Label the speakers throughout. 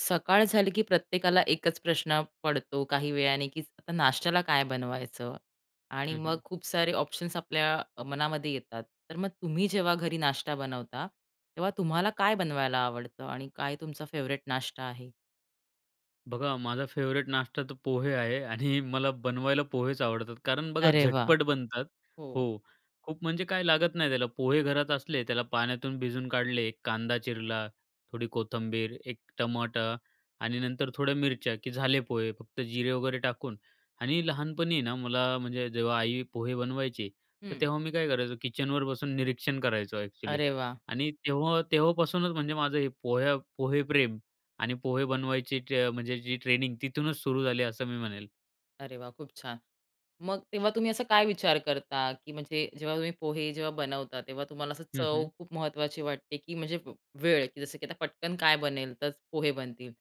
Speaker 1: सकाळ झाली की प्रत्येकाला एकच प्रश्न पडतो काही वेळाने, की आता नाश्त्याला काय बनवायचं? आणि
Speaker 2: हं,
Speaker 1: मग
Speaker 2: हं.
Speaker 1: खूप सारे ऑप्शन्स आपल्या मनामध्ये येतात. तर मग तुम्ही जेव्हा घरी नाश्ता बनवता, तेव्हा तुम्हाला काय बनवायला आवडतं आणि काय तुमचा फेव्हरेट नाश्ता आहे?
Speaker 2: बघा माझा फेवरेट नाश्ता तर पोहे आहे आणि मला बनवायला पोहेच आवडतात. कारण बघा
Speaker 1: अरे वाह!
Speaker 2: झटपट बनतात.
Speaker 1: हो.
Speaker 2: हो. खूप म्हणजे काय लागत नाही त्याला. पोहे घरात असले, त्याला पाण्यातून भिजून काढले, एक कांदा चिरला, थोडी कोथिंबीर, एक टमाटा आणि नंतर थोड्या मिरच्या, की झाले पोहे. फक्त जिरे वगैरे टाकून आणि लहानपणी ना मला म्हणजे जेव्हा आई पोहे बनवायची, तर
Speaker 1: हं.
Speaker 2: तेव्हा मी काय करायचो किचनवर बसून निरीक्षण करायचो ॲक्चुअली
Speaker 1: अरे वाह!
Speaker 2: आणि तेव्हा तेव्हापासूनच म्हणजे माझं हे पोहे प्रेम आणि पोहे बनवायची म्हणजे जी ट्रेनिंग तिथूनच सुरू झाली असं मी म्हणेल.
Speaker 1: अरे वाह! खूप छान. मग तेव्हा तुम्ही असा काय विचार करता, की म्हणजे जेव्हा तुम्ही पोहे जेव्हा बनवता, तेव्हा तुम्हाला असं
Speaker 2: हं,
Speaker 1: चव
Speaker 2: हं.
Speaker 1: खूप महत्त्वाची वाटते, की म्हणजे वेळ, की जसं की आता पटकन काय बनेल तर पोहे बनतील,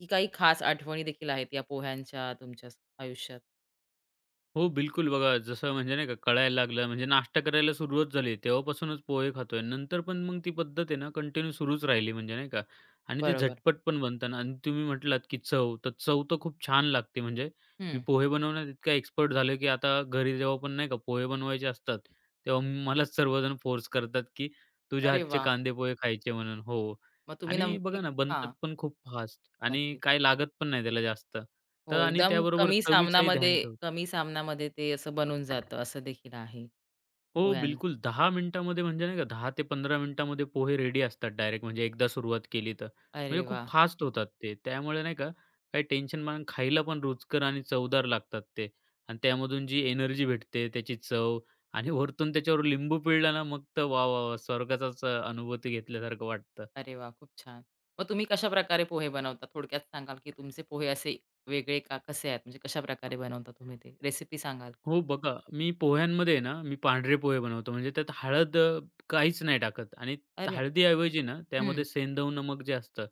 Speaker 1: की काही खास आठवणी देखील आहेत या पोह्यांच्या तुमच्या आयुष्यात?
Speaker 2: हो, बिलकुल. बघा जसं म्हणजे नाही का कळायला लागलं म्हणजे नाश्ता करायला सुरुवात झाली. तेव्हापासूनच पोहे खातोय. नंतर पण मग ती पद्धत आहे ना कंटिन्यू सुरूच राहिली म्हणजे नाही का आणि ते
Speaker 1: बरोबर.
Speaker 2: झटपट पण बनतं आणि तुम्ही म्हटलात की चव, तर चव तर खूप छान लागते. म्हणजे मी
Speaker 1: हं.
Speaker 2: पोहे बनवण्यात इतका एक्सपर्ट झालोय की आता घरी जेव्हा पण नाही का पोहे बनवायचे असतात, तेव्हा मलाच सर्वजण फोर्स करतात की तुझ्या
Speaker 1: अरे
Speaker 2: हातचे
Speaker 1: वाह!
Speaker 2: कांदे पोहे खायचे म्हणून. हो
Speaker 1: मग तुम्ही
Speaker 2: आणि बघा
Speaker 1: नमकी
Speaker 2: ना
Speaker 1: हां,
Speaker 2: बनतात पण खूप फास्ट आणि
Speaker 1: नक्की.
Speaker 2: काय लागत पण नाही त्याला जास्त. तर
Speaker 1: हो,
Speaker 2: आणि
Speaker 1: एकदम
Speaker 2: त्याबरोबर
Speaker 1: कमी
Speaker 2: चवीचंही
Speaker 1: सामनामध्ये
Speaker 2: ध्यान ठेवतो.
Speaker 1: कमी सामनामध्ये ते असं बनून जातं असं देखील आहे
Speaker 2: हो,
Speaker 1: पोह्यां
Speaker 2: बिलकुल. 10 मिनिटामध्ये म्हणजे नाही का 10 ते 15 मिनिटामध्ये पोहे रेडी असतात डायरेक्ट म्हणजे एकदा सुरुवात केली तर.
Speaker 1: अरे
Speaker 2: म्हणजे खूप
Speaker 1: वाह!
Speaker 2: फास्ट होतात ते. त्यामुळे नाही का काही टेन्शन मग खायला पण रुचकर आणि चवदार लागतात ते. आणि त्यामधून जी एनर्जी भेटते, त्याची चव आणि वरतून त्याच्यावर लिंबू पिळला ना, मग तर वाह, वाह, वाह! स्वर्गाचाच अनुभूती घेतल्यासारखं वाटतं.
Speaker 1: अरे वाह! खूप छान. मग तुम्ही कशाप्रकारे पोहे बनवता? थोडक्यात सांगाल, की तुमचे पोहे असे वेगळे का कसे आहेत? म्हणजे कशाप्रकारे बनवता तुम्ही ते? रेसिपी सांगाल?
Speaker 2: हो बघा, मी पोह्यांमध्ये आहे ना, मी पांढरे पोहे बनवतो. म्हणजे त्यात हळद काहीच नाही टाकत आणि
Speaker 1: अरे वाह!
Speaker 2: हळदीऐवजी ना,
Speaker 1: हं.
Speaker 2: त्यामध्ये सेंधव नमक जे असतं,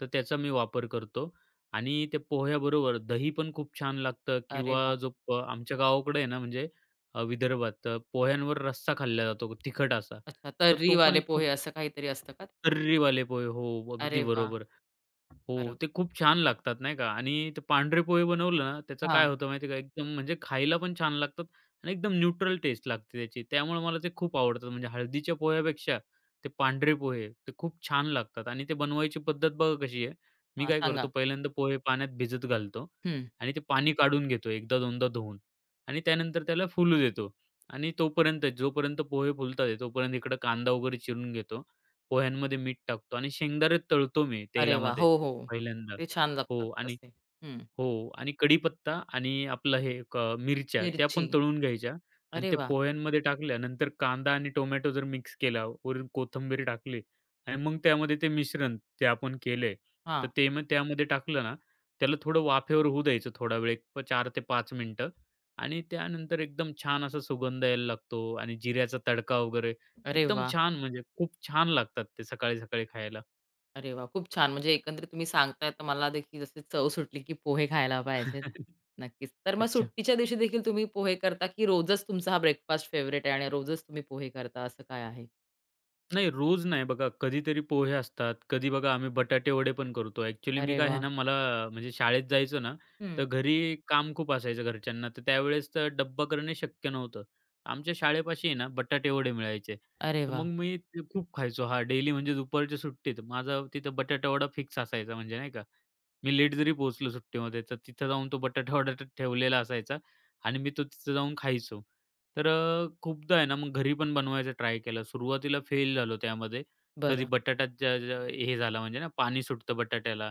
Speaker 2: तर त्याचा मी वापर करतो आणि त्या पोह्याबरोबर दही पण खूप छान लागतं
Speaker 1: अरे
Speaker 2: किंवा
Speaker 1: वाह!
Speaker 2: जो प आमच्या गावाकडे आहे ना, म्हणजे विदर्भात पोह्यांवर रस्सा खाल्ला जातो तिखट असा.
Speaker 1: अच्छा,
Speaker 2: तर तो पण
Speaker 1: तर्रीवाले
Speaker 2: एक खूप
Speaker 1: पोहे असं काहीतरी असतं का?
Speaker 2: तर्रीवाले पोहे हो, अगदी
Speaker 1: अरे वाह!
Speaker 2: बरोबर. हो,
Speaker 1: बरोबर.
Speaker 2: ते खूप छान लागतात नाही का आणि ते पांढरे पोहे बनवलं ना, त्याचं
Speaker 1: हां,
Speaker 2: काय होतं माहिती आहे का, एकदम म्हणजे खायला पण छान लागतात आणि एकदम न्यूट्रल टेस्ट लागते त्याची. त्यामुळे मला ते खूप आवडतात. म्हणजे हळदीच्या पोह्यापेक्षा ते पांढरे पोहे ते खूप छान लागतात आणि ते बनवायची पद्धत बघा कशी आहे. मी
Speaker 1: हां.
Speaker 2: काय करतो
Speaker 1: सांगा.
Speaker 2: पहिल्यांदा पोहे पाण्यात भिजत घालतो
Speaker 1: हं.
Speaker 2: आणि ते पाणी काढून घेतो 1दा-2दा धुवून आणि त्यानंतर त्याला फुलू देतो आणि तोपर्यंत जोपर्यंत पोहे फुलतात आहे, तोपर्यंत इकडं कांदा वगैरे चिरून घेतो. पोह्यांमध्ये मीठ टाकतो आणि शेंगदाणे तळतो मी
Speaker 1: अरे वाह!
Speaker 2: तेलामध्ये.
Speaker 1: हो, हो.
Speaker 2: पहिल्यांदा.
Speaker 1: ते छान
Speaker 2: हो
Speaker 1: लागतात
Speaker 2: आणि
Speaker 1: तसे. हं.
Speaker 2: हो आणि कढीपत्ता आणि आपलं हे मिरच्या त्या
Speaker 1: मिरची.
Speaker 2: पण तळून घ्यायच्या आणि
Speaker 1: अरे
Speaker 2: त्या
Speaker 1: वाह!
Speaker 2: पोह्यांमध्ये टाकल्या. नंतर कांदा आणि टोमॅटो जर मिक्स केला, वरून कोथिंबीर टाकली आणि मग त्यामध्ये ते मिश्रण ते आपण केलंय,
Speaker 1: हां.
Speaker 2: तर ते मग त्यामध्ये टाकलं ना, त्याला थोडं वाफेवर होऊ द्यायचं थोडा वेळ, एक 4 ते 5 मिनिटं आणि त्यानंतर एकदम छान असा सुगंध यायला लागतो आणि जिऱ्याचा तडका वगैरे
Speaker 1: अरे
Speaker 2: एकदम
Speaker 1: वाह!
Speaker 2: छान म्हणजे खूप छान लागतात ते सकाळी-सकाळी खायला.
Speaker 1: अरे वाह! खूप छान. म्हणजे एकंदरीत तुम्ही सांगताय तर मला देखील जसे चव सुटली, की पोहे खायला पाहिजेत. नक्कीच. तर मग
Speaker 2: अच्छा.
Speaker 1: सुट्टीच्या दिवशी देखील तुम्ही पोहे करता, की रोजच तुमचा हा ब्रेकफास्ट फेव्हरेट आहे आणि रोजच तुम्ही पोहे करता असं काय आहे?
Speaker 2: नाही, रोज नाही बघा. कधीतरी पोहे असतात. कधी बघा आम्ही बटाटे वडे पण करतो. ॲक्चुअली मी
Speaker 1: अरे
Speaker 2: काय आहे
Speaker 1: वाह!
Speaker 2: ना, मला म्हणजे शाळेत जायचो ना,
Speaker 1: हं.
Speaker 2: तर घरी काम खूप असायचं घरच्यांना. तर त्यावेळेस तर डब्बा करणे शक्य नव्हतं. आमच्या शाळेपाशी आहे ना, बटाटे वडे मिळायचे.
Speaker 1: अरे
Speaker 2: तर मग
Speaker 1: वाह!
Speaker 2: मी ते खूप खायचो. हां, डेली म्हणजे दुपारच्या सुट्टीत माझा तिथं बटाटा वडा फिक्स असायचा म्हणजे नाही का. मी लेट जरी पोहोचलो सुट्टीमध्ये, तर तिथं जाऊन तो बटाटा वटाटा ठेवलेला असायचा आणि मी तो तिथं जाऊन खायचो. तर खूपदा आहे ना, मग घरी पण बनवायचा ट्राय केला. सुरुवातीला फेल झालो त्यामध्ये. कधी
Speaker 1: बरं.
Speaker 2: बटाटा ज ज हे झाला म्हणजे ना, पाणी सुटतं बटाट्याला.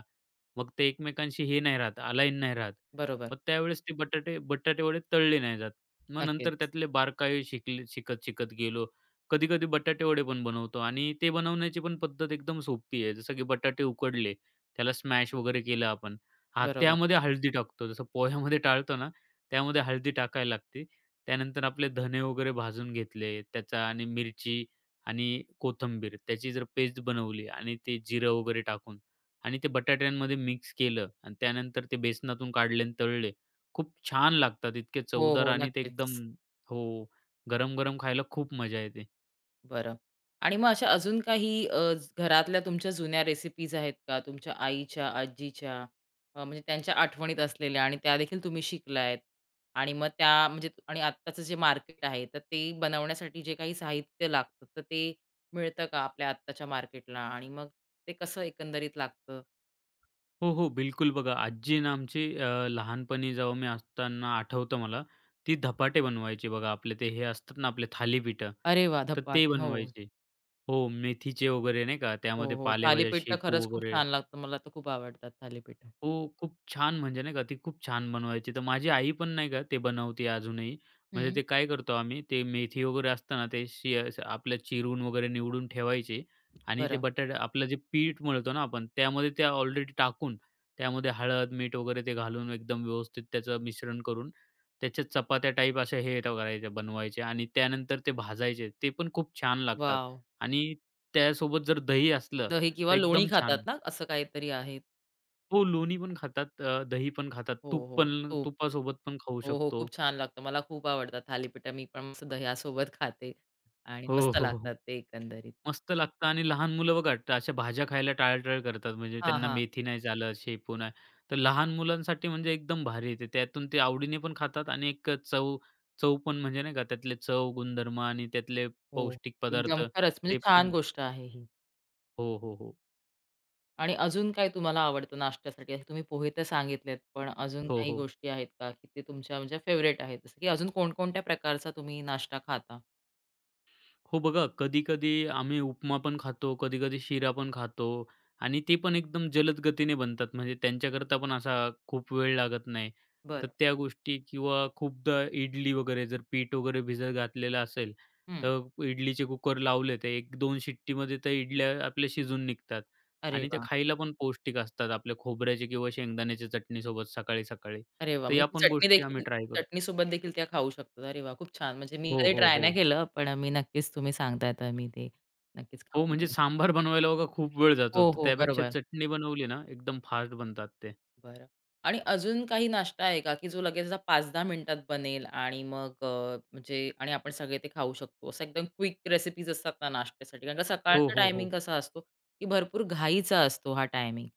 Speaker 2: मग ते एकमेकांशी हे नाही राहत, अलाईन नाही राहत.
Speaker 1: बरोबर.
Speaker 2: मग त्यावेळेस ते बटाटे बटाटे वडे तळले नाही जात. मग नंतर
Speaker 1: नक्कीच.
Speaker 2: त्यातले बारकाई शिकत, शिकत गेलो. कधी-कधी बटाटे वडे पण बनवतो आणि ते बनवण्याची पण पद्धत एकदम सोपी आहे. जसं की बटाटे उकडले त्याला स्मॅश वगैरे केलं आपण. हां,
Speaker 1: बरोबर.
Speaker 2: त्यामध्ये हळदी टाकतो. जसं पोह्यामध्ये टाळतो ना, त्यामध्ये हळदी टाकायला लागते. त्यानंतर आपले धने वगैरे भाजून घेतले, त्याचा आणि मिरची आणि कोथिंबीर त्याची जर पेस्ट बनवली आणि ते जिरं वगैरे टाकून आणि ते बटाट्यांमध्ये मिक्स केलं आणि त्यानंतर ते बेसनातून काढले आणि तळले. खूप छान लागतात. इतके
Speaker 1: हो,
Speaker 2: चवदार
Speaker 1: हो.
Speaker 2: आणि ते एकदम
Speaker 1: नक्कीच.
Speaker 2: हो, गरम-गरम खायला खूप मजा येते.
Speaker 1: बरं. आणि मग अशा अजून काही घरातल्या तुमच्या जुन्या रेसिपीज आहेत का? तुमच्या आईच्या, आजीच्या म्हणजे त्यांच्या आठवणीत असलेल्या आणि त्यादेखील तुम्ही शिकलायत आणि मग त्या म्हणजे आणि आत्ताचं जे मार्केट आहे, तर ते बनवण्यासाठी जे काही साहित्य लागतं, तर ते मिळतं का आपल्या आत्ताच्या मार्केटला? आणि मग ते कसं एकंदरीत लागतं?
Speaker 2: हो, हो. बिलकुल बघा, आजी आहे ना आमची लहानपणी जेव्हा मी असताना आठवतं मला, ती धपाटे बनवायची बघा. आपले ते हे असतात ना आपले थालीपीठं,
Speaker 1: अरे वाह!
Speaker 2: तर ते
Speaker 1: धपाटे. हो.
Speaker 2: बनवायचे. हो, मेथीचे वगैरे नाही का,
Speaker 1: हो,
Speaker 2: त्यामध्ये
Speaker 1: हो.
Speaker 2: पालेभाज्या,
Speaker 1: थालीपीठ तर
Speaker 2: शेपू
Speaker 1: खरंच खूप
Speaker 2: वगैरे
Speaker 1: छान लागतं. मला तर खूप आवडतात थालीपीठं.
Speaker 2: हो, खूप छान म्हणजे नाही का, ती खूप छान बनवायची. तर माझी आई पण नाही का ते बनवते अजूनही. म्हणजे
Speaker 1: हं.
Speaker 2: ते काय करतो आम्ही, ते मेथी वगैरे असतं ना, ते असं आपलं चिरून वगैरे निवडून ठेवायची आणि ते
Speaker 1: बरं.
Speaker 2: बटाटे आपलं जे पीठ मळतो ना आपण, त्यामध्ये त्या ऑलरेडी टाकून, त्यामध्ये हळद, मीठ वगैरे ते घालून एकदम व्यवस्थित त्याचं मिश्रण करून, त्याच्या चपात्या टाईप अशा हे त्या करायच्या, बनवायच्या आणि त्यानंतर ते भाजायचे. ते पण खूप छान लागतात
Speaker 1: वॉव!
Speaker 2: आणि त्यासोबत जर दही असलं,
Speaker 1: दही किंवा
Speaker 2: तर
Speaker 1: लोणी
Speaker 2: एकदम छान.
Speaker 1: खातात ना? असं काहीतरी आहे.
Speaker 2: हो, लोणी पण खातात, दही पण खातात,
Speaker 1: हो,
Speaker 2: तूप
Speaker 1: हो.
Speaker 2: पण
Speaker 1: खूप.
Speaker 2: तुपासोबत पण खाऊ
Speaker 1: हो, हो.
Speaker 2: शकतो.
Speaker 1: खूप छान लागतं. मला खूप आवडतात थालीपीठ. मी पण मस्त दह्यासोबत खाते आणि
Speaker 2: हो,
Speaker 1: मस्त
Speaker 2: हो, हो.
Speaker 1: लागतात ते एकंदरीत.
Speaker 2: मस्त लागतं आणि लहान मुलं बघा अशा भाज्या खायला टाळाटाळ करतात, म्हणजे
Speaker 1: हां,
Speaker 2: त्यांना
Speaker 1: हां.
Speaker 2: मेथी नाही चालत, शेपू नाही. तर लहान मुलांसाठी म्हणजे एकदम भारी आहे त्यातून ते आवडीने पण खातात आणि एक चव चव पण म्हणजे नाही का त्यातले चव, गुणधर्म आणि त्यातले
Speaker 1: हो.
Speaker 2: पौष्टिक
Speaker 1: एकदम
Speaker 2: पदार्थ
Speaker 1: खरंच म्हणजे
Speaker 2: ते
Speaker 1: छान
Speaker 2: पण
Speaker 1: गोष्ट आहे ही.
Speaker 2: हो, हो, हो.
Speaker 1: आणि अजून काय तुम्हाला आवडतं नाश्त्यासाठी? असे तुम्ही पोहे तर सांगितलेत, पण अजून
Speaker 2: हो,
Speaker 1: काही
Speaker 2: हो.
Speaker 1: गोष्टी आहेत का, की ते तुमच्या म्हणजे फेव्हरेट आहेत? जसं की अजून कोणकोणत्या प्रकारचा तुम्ही नाश्ता खाता?
Speaker 2: हो बघा, कधी-कधी आम्ही उपमा पण खातो, कधी-कधी शिरा पण खातो आणि ते पण एकदम जलद गतीने बनतात. म्हणजे त्यांच्याकरता पण असा खूप वेळ लागत नाही.
Speaker 1: बरं.
Speaker 2: तर त्या गोष्टी किंवा खूपदा इडली वगैरे जर पीठ वगैरे भिजत घातलेलं असेल,
Speaker 1: हं.
Speaker 2: तर इडलीचे कुकर लावले तर 1-2 शिट्टीमध्ये त्या इडल्या आपल्या शिजून निघतात
Speaker 1: अरे
Speaker 2: आणि त्या
Speaker 1: वाह!
Speaker 2: खायला पण पौष्टिक असतात आपल्या खोबऱ्याची किंवा शेंगदाण्याच्या चटणीसोबत सकाळी-सकाळी.
Speaker 1: अरे वाह!
Speaker 2: तर या
Speaker 1: म्हणजे
Speaker 2: पण
Speaker 1: चटणी
Speaker 2: गोष्टी आम्ही
Speaker 1: देखील
Speaker 2: ट्राय करतो.
Speaker 1: चटणीसोबत देखील त्या खाऊ शकतात. अरे वाह! खूप छान. म्हणजे मी
Speaker 2: हो,
Speaker 1: कधी
Speaker 2: हो,
Speaker 1: ट्राय
Speaker 2: हो.
Speaker 1: नाही केलं, पण मी नक्कीच तुम्ही सांगताय तर मी ते नक्कीच
Speaker 2: हो,
Speaker 1: खाऊन
Speaker 2: म्हणजे
Speaker 1: बघेन.
Speaker 2: सांबार बनवायला बघा खूप वेळ जातो.
Speaker 1: हो,
Speaker 2: तर
Speaker 1: हो.
Speaker 2: त्यापेक्षा
Speaker 1: बरोबर.
Speaker 2: चटणी बनवली ना, एकदम फास्ट बनतात ते.
Speaker 1: बरं आणि अजून काही नाश्ता आहे का, की जो लगेच असा 5-10 मिनिटात बनेल आणि मग म्हणजे आणि आपण सगळे ते खाऊ शकतो. असं एकदम क्विक रेसिपीज असतात ना नाश्त्यासाठी. कारण का
Speaker 2: हो,
Speaker 1: सकाळचा
Speaker 2: हो,
Speaker 1: टायमिंग
Speaker 2: हो.
Speaker 1: कसा असतो, की भरपूर घाईचा असतो हा टायमिंग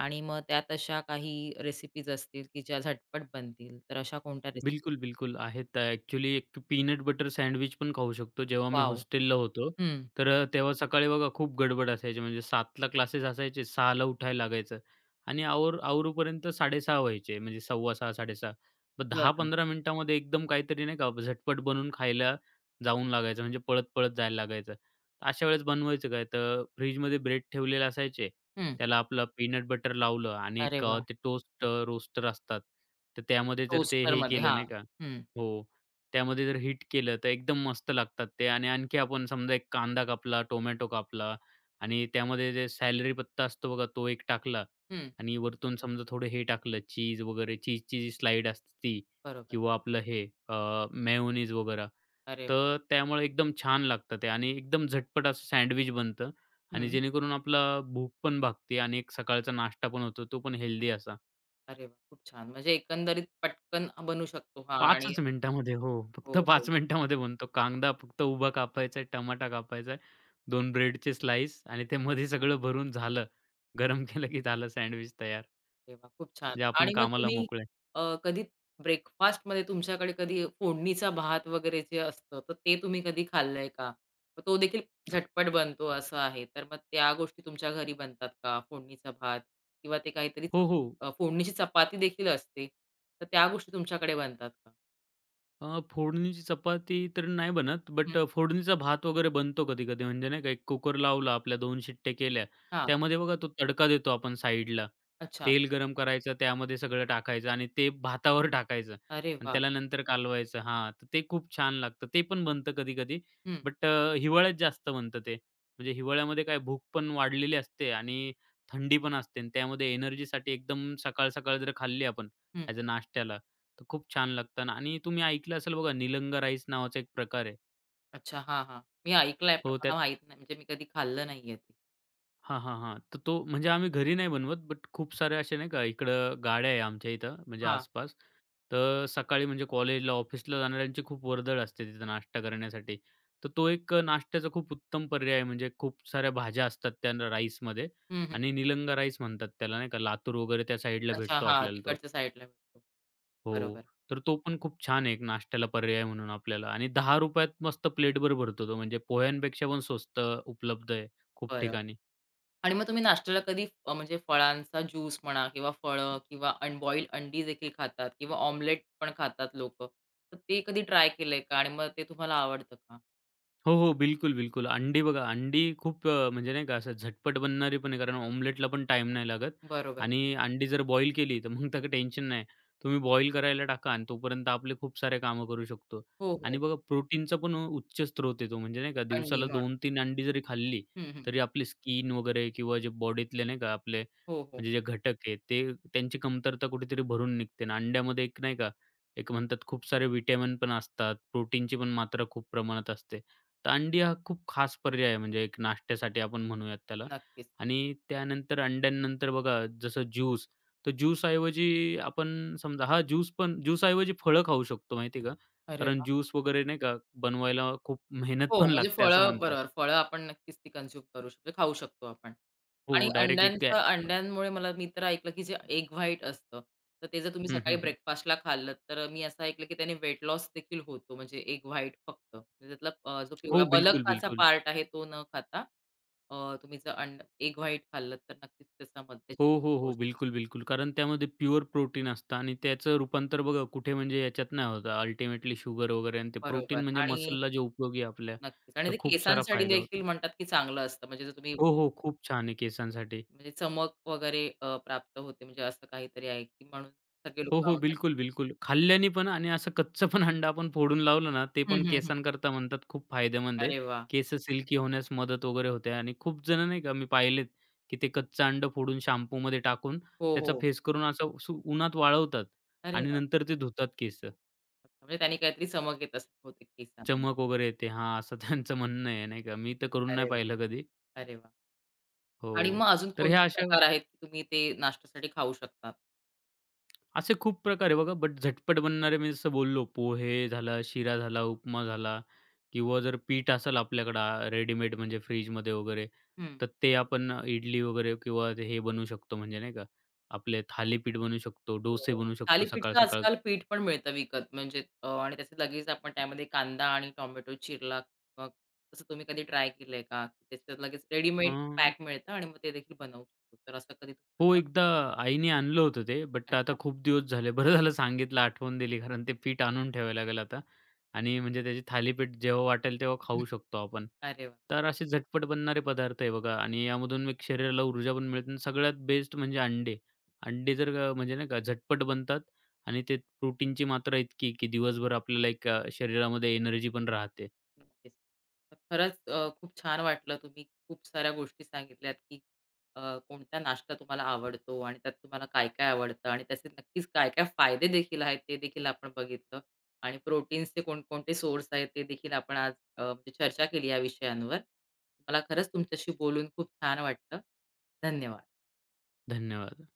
Speaker 1: आणि मग त्यात अशा काही रेसिपीज असतील, की ज्या झटपट बनतील. तर अशा कोणत्या रेसिपी?
Speaker 2: बिलकुल, बिलकुल. आहेत ॲक्चुअली एक पीनट बटर सँडविच पण खाऊ शकतो. जेव्हा मी
Speaker 1: वॉव!
Speaker 2: हॉस्टेलला होतो,
Speaker 1: हं.
Speaker 2: तर तेव्हा सकाळी बघा खूप गडबड असायची. म्हणजे 7:00 ला क्लासेस असायचे, 6:00 ला उठायला लागायचं आणि आवर आवरूपर्यंत 6:30 व्हायचे. म्हणजे 6:15, 6:30. मग
Speaker 1: बरं.
Speaker 2: 10-15 मिनिटामध्ये एकदम काहीतरी नाही का झटपट बनवून खायला जाऊन लागायचं. म्हणजे पळत-पळत जायला लागायचं. अशा वेळेस बनवायचं काय, तर फ्रिजमध्ये ब्रेड ठेवलेले असायचे.
Speaker 1: हं.
Speaker 2: त्याला आपलं पीनट बटर लावलं आणि
Speaker 1: अरे
Speaker 2: एक
Speaker 1: वाह!
Speaker 2: ते टोस्ट रोस्टर असतात. तर त्यामध्ये जर ते हे
Speaker 1: टोस्टरमध्ये
Speaker 2: केलं
Speaker 1: हां.
Speaker 2: नाही का
Speaker 1: हं,
Speaker 2: हो. त्यामध्ये जर हिट केलं तर एकदम मस्त लागतात ते आणि आणखी आपण समजा एक कांदा कापला, टोमॅटो कापला आणि त्यामध्ये जे सॅलरी पत्ता असतो बघा तो एक टाकला
Speaker 1: हं.
Speaker 2: आणि वरतून समजा थोडं हे टाकलं चीज वगैरे चीजची जी स्लाईड असते ती
Speaker 1: बरोबर.
Speaker 2: किंवा आपलं हे मेयोनीज वगैरे.
Speaker 1: अरे वाह!
Speaker 2: तर त्यामुळे एकदम छान लागतं ते आणि एकदम झटपट असं सँडविच बनतं आणि
Speaker 1: हं.
Speaker 2: जेणेकरून आपला भूक पण भागते आणि एक सकाळचा नाश्ता पण होतो, तो पण हेल्दी असा.
Speaker 1: अरे वाह! खूप छान. म्हणजे एकंदरीत पटकन बनू शकतो हा आणि
Speaker 2: 5च मिनिटामध्ये. हो, फक्त
Speaker 1: हो,
Speaker 2: 5
Speaker 1: हो.
Speaker 2: मिनिटामध्ये बनतो. कांदा फक्त उभा कापायचा आहे, टमाटा कापायचा आहे, दोन ब्रेडचे स्लाइस आणि ते मध्ये सगळं भरून झालं. गरम केलं की झालं सँडविच तयार.
Speaker 1: अरे वाह! खूप छान.
Speaker 2: जे आपण
Speaker 1: आणि मग
Speaker 2: कामाला
Speaker 1: तुम्ही
Speaker 2: मोकळे.
Speaker 1: कधी ब्रेकफास्टमध्ये तुमच्याकडे कधी फोडणीचा भात वगैरे जे असतं, तर ते तुम्ही कधी खाल्लंय का? मग तो देखील झटपट बनतो असं आहे. तर मग त्या गोष्टी तुमच्या घरी बनतात का? फोडणीचा भात किंवा ते काहीतरी
Speaker 2: हो, हो.
Speaker 1: फोडणीची चपाती देखील असते. तर त्या गोष्टी तुमच्याकडे बनतात का?
Speaker 2: फोडणीची चपाती तर नाही बनत,
Speaker 1: हं.
Speaker 2: बट फोडणीचा भात वगैरे बनतो कधी-कधी. म्हणजे नाही का, एक कुकर लावला आपल्या दोन शिट्टे केल्या.
Speaker 1: हां.
Speaker 2: त्यामध्ये बघा तो तडका देतो आपण साईडला.
Speaker 1: अच्छा.
Speaker 2: तेल गरम करायचं, त्यामध्ये सगळं टाकायचं आणि ते भातावर टाकायचं
Speaker 1: अरे
Speaker 2: आणि
Speaker 1: वा,
Speaker 2: त्याला नंतर कालवायचं. हां, तर ते खूप छान लागतं. ते पण बनतं कधी-कधी,
Speaker 1: हं,
Speaker 2: बट हिवाळ्यात जास्त बनतं ते. म्हणजे हिवाळ्यामध्ये काय भूक पण वाढलेली असते आणि थंडी पण असते आणि त्यामध्ये एनर्जीसाठी एकदम सकाळ-सकाळ जर खाल्ली आपण
Speaker 1: हं.
Speaker 2: ॲज अ नाश्त्याला, तर खूप छान लागतात आणि तुम्ही ऐकलं असेल बघा निलंगा राईस नावाचा एक प्रकार आहे.
Speaker 1: अच्छा. हां, हां. मी ऐकलंय पण
Speaker 2: हो
Speaker 1: मला
Speaker 2: त्यात
Speaker 1: माहीत नाही. म्हणजे मी कधी खाल्लं नाहीये ते.
Speaker 2: हां, हां, हां. तर तो म्हणजे आम्ही घरी नाही बनवत, बट खूप सारे असे नाही का इकडं गाड्या आहे आमच्या इथं म्हणजे
Speaker 1: हां.
Speaker 2: आसपास. तर सकाळी म्हणजे कॉलेजला, ऑफिसला जाणाऱ्यांची खूप वर्दळ असते तिथं नाश्ता करण्यासाठी. तर तो एक नाश्त्याचा खूप उत्तम पर्याय आहे. म्हणजे खूप साऱ्या भाज्या असतात त्या राईसमध्ये
Speaker 1: हं, हं.
Speaker 2: आणि निलंगा राईस म्हणतात त्याला नाही का. लातूर वगैरे त्या साईडला
Speaker 1: अच्छा.
Speaker 2: भेटतो
Speaker 1: हां,
Speaker 2: आपल्याला तो.
Speaker 1: तिकडच्या साइडला मिळतो.
Speaker 2: हो.
Speaker 1: बरोबर.
Speaker 2: तर तो पण खूप छान आहे एक नाश्त्याला पर्याय म्हणून आपल्याला आणि ₹10 त मस्त प्लेटभर भरतो तो म्हणजे पोह्यांपेक्षा पण स्वस्त उपलब्ध आहे खूप
Speaker 1: बरं.
Speaker 2: ठिकाणी.
Speaker 1: आणि मग तुम्ही नाश्त्याला कधी म्हणजे फळांचा ज्यूस म्हणा किंवा फळं किंवा अनबॉइल्ड अंडी देखील खातात किंवा ऑमलेट पण खातात लोकं. तर ते कधी ट्राय केलंय का? आणि मग ते तुम्हाला आवडतं का?
Speaker 2: हो, हो. बिलकुल, बिलकुल. अंडी बघा, अंडी खूप म्हणजे नाही का असं झटपट बनणारी पण आहे, कारण ऑमलेटला पण टाईम नाही लागत
Speaker 1: बरोबर.
Speaker 2: आणि अंडी जर बॉईल केली, तर मग त्याचं टेन्शन नाही. तुम्ही बॉईल करायला टाका आणि तोपर्यंत आपले खूप सारे कामं करू शकतो.
Speaker 1: हो, हो.
Speaker 2: आणि बघा प्रोटीनचा पण उच्च स्रोत आहे तो. म्हणजे नाही का
Speaker 1: अंडी
Speaker 2: दिवसाला
Speaker 1: म्हणून.
Speaker 2: 2-3 अंडी जरी खाल्ली,
Speaker 1: हं, हं.
Speaker 2: तरी आपली स्किन वगैरे किंवा जे बॉडीतले नाही का आपले
Speaker 1: हो, हो.
Speaker 2: म्हणजे जे घटक आहे, ते त्यांची कमतरता कुठेतरी भरून निघते आणि अंड्यामध्ये एक नाही का, एक म्हणतात खूप सारे व्हिटॅमिन पण असतात, प्रोटीनची पण मात्रा खूप प्रमाणात असते. तर अंडी हा खूप खास पर्याय आहे म्हणजे एक नाश्त्यासाठी आपण म्हणूयात त्याला
Speaker 1: नक्कीच.
Speaker 2: आणि त्यानंतर अंड्यांनंतर बघा जसं ज्यूस तर ज्यूस ऐवजी आपण समजा हा ज्यूस पण ज्यूस ऐवजी फळं खाऊ शकतो माहिती आहे का?
Speaker 1: अरे
Speaker 2: कारण
Speaker 1: वाह!
Speaker 2: ज्यूस वगैरे नाही का बनवायला खूप मेहनत
Speaker 1: हो,
Speaker 2: पण
Speaker 1: म्हणजे
Speaker 2: लागते असं
Speaker 1: फळं
Speaker 2: म्हणतात.
Speaker 1: बरोबर. फळं आपण नक्कीच ती कन्झ्यूम करू शकतो, खाऊ शकतो आपण.
Speaker 2: हो
Speaker 1: आणि
Speaker 2: डायरेक्ट एक
Speaker 1: अंड्यांचं अंड्यांमुळे मी तर ऐकलं, की जे एग व्हाईट असतं, तर ते जर तुम्ही
Speaker 2: हं,
Speaker 1: सकाळी
Speaker 2: हं, हं.
Speaker 1: ब्रेकफास्टला खाल्लं, तर मी असं ऐकलं, की त्याने वेट लॉस देखील होतो. म्हणजे एग व्हाईट फक्त. म्हणजे त्यातला जो
Speaker 2: हो,
Speaker 1: पिवळा
Speaker 2: बिलकुल,
Speaker 1: बलकाचा
Speaker 2: बिलकुल.
Speaker 1: पार्ट आहे तो न खाता तुम्ही जर एग व्हाईट खाल्लत, तर नक्कीच त्याचा मध्यच
Speaker 2: हो, हो, हो. बिलकुल, बिलकुल. कारण त्यामध्ये प्युअर प्रोटीन असतं आणि त्याचं रूपांतर बघा कुठे म्हणजे याच्यात नाही होत. अल्टिमेटली शुगर वगैरे आणि ते
Speaker 1: बरोबर
Speaker 2: प्रोटीन म्हणजे
Speaker 1: आणि
Speaker 2: मसलला जे उपयोगी आहे आपल्या,
Speaker 1: नक्कीच आणि
Speaker 2: तर
Speaker 1: ते
Speaker 2: खूप सारा
Speaker 1: केसांसाठी
Speaker 2: फायदा
Speaker 1: देखील
Speaker 2: होतो.
Speaker 1: म्हणतात, की चांगलं असतं. म्हणजे जर तुम्ही
Speaker 2: हो, हो. खूप छान आहे केसांसाठी.
Speaker 1: म्हणजे चमक वगैरे प्राप्त होते म्हणजे असं काहीतरी आहे, की म्हणून सगळे
Speaker 2: हो,
Speaker 1: लोकं
Speaker 2: हो.
Speaker 1: आवडतात.
Speaker 2: बिलकुल, बिलकुल. खाल्ल्याने पण आणि असं कच्चं पण अंडं आपण फोडून लावलं ना, ते
Speaker 1: हं,
Speaker 2: पण
Speaker 1: हं, हं.
Speaker 2: केसांकरता म्हणतात खूप फायदेमंद आहे.
Speaker 1: अरे वाह!
Speaker 2: केस सिल्की होण्यास मदत वगैरे होते आणि खूप जण नाही का मी पाहिलेत, की ते कच्चं अंडं फोडून शॅम्पूमध्ये टाकून
Speaker 1: हो,
Speaker 2: त्याचा
Speaker 1: हो.
Speaker 2: फेस करून असं उन्हात वाळवतात
Speaker 1: अरे
Speaker 2: आणि
Speaker 1: वाह!
Speaker 2: नंतर ते धुतात केस.
Speaker 1: म्हणजे त्यांनी काहीतरी चमक येत असते बहुतेक केसांना. हं.
Speaker 2: चमक वगैरे येते. हां, असं त्यांचं म्हणणं आहे नाही का. मी तर करून
Speaker 1: अरे
Speaker 2: नाही
Speaker 1: वाह!
Speaker 2: पाहिलं कधी.
Speaker 1: अरे वाह! आणि
Speaker 2: हो.
Speaker 1: मग अजून
Speaker 2: तर ह्या
Speaker 1: कोणते
Speaker 2: अशा
Speaker 1: प्रकार आहेत, की तुम्ही ते नाश्त्यासाठी खाऊ शकतात?
Speaker 2: असे खूप प्रकार आहे बघा. बट झटपट बनणारे मी जसं बोललो पोहे झाला, शिरा झाला, उपमा झाला किंवा जर पीठ असेल आपल्याकडं रेडीमेड म्हणजे फ्रिजमध्ये वगैरे,
Speaker 1: हं.
Speaker 2: तर ते आपण इडली वगैरे किंवा ते हे बनवू शकतो म्हणजे नाही का, आपले थालीपीठ बनवू शकतो,
Speaker 1: हो,
Speaker 2: डोसे
Speaker 1: हो.
Speaker 2: बनवू शकतो
Speaker 1: थालीपीठचं
Speaker 2: सकाळ-सकाळ.
Speaker 1: आजकाल पीठ पण मिळतं विकत म्हणजे आणि त्याचे लगेच आपण त्यामध्ये कांदा आणि टोमॅटो चिरला मग तसं तुम्ही कधी ट्राय केलंय का? त्याच्यात लगेच
Speaker 2: अ
Speaker 1: रेडीमेड पॅक मिळतं आणि मग ते देखील बनवू शकतो. तर असं कधी तुम्ही
Speaker 2: हो,
Speaker 1: बनवलं?
Speaker 2: एकदा आईने आणलं होतं ते, बट आता
Speaker 1: अच्छा.
Speaker 2: खूप दिवस झाले. बरं झालं सांगितलं, आठवण दिली. कारण ते पीठ आणून ठेवावं लागेल आता आणि म्हणजे त्याची थालीपीठ जेव्हा वाटेल तेव्हा खाऊ शकतो आपण.
Speaker 1: अरे वाह!
Speaker 2: तर असे झटपट बनणारे पदार्थ आहे बघा आणि यामधून एक शरीराला ऊर्जा पण मिळते आणि सगळ्यात बेस्ट म्हणजे अंडे. अंडे जर म्हणजे नाही का झटपट बनतात आणि ते प्रोटीनची मात्रा इतकी की दिवसभर आपल्याला एक शरीरामध्ये एनर्जी पण राहते.
Speaker 1: नक्कीच. तर खरंच खूप छान वाटलं. तुम्ही खूप साऱ्या गोष्टी सांगितल्यात, की अ, कोणता नाश्ता तुम्हाला आवडतो आणि त्यात तुम्हाला काय-काय आवडतं आणि त्याचे नक्कीच काय-काय फायदे देखील आहेत, ते देखील आपण बघितलं आणि प्रोटीन्सचे कोणकोणते सोर्स आहेत, ते देखील आपण आज म्हणजे चर्चा केली या विषयांवर. मला खरंच तुमच्याशी बोलून खूप छान वाटलं. धन्यवाद.
Speaker 2: धन्यवाद.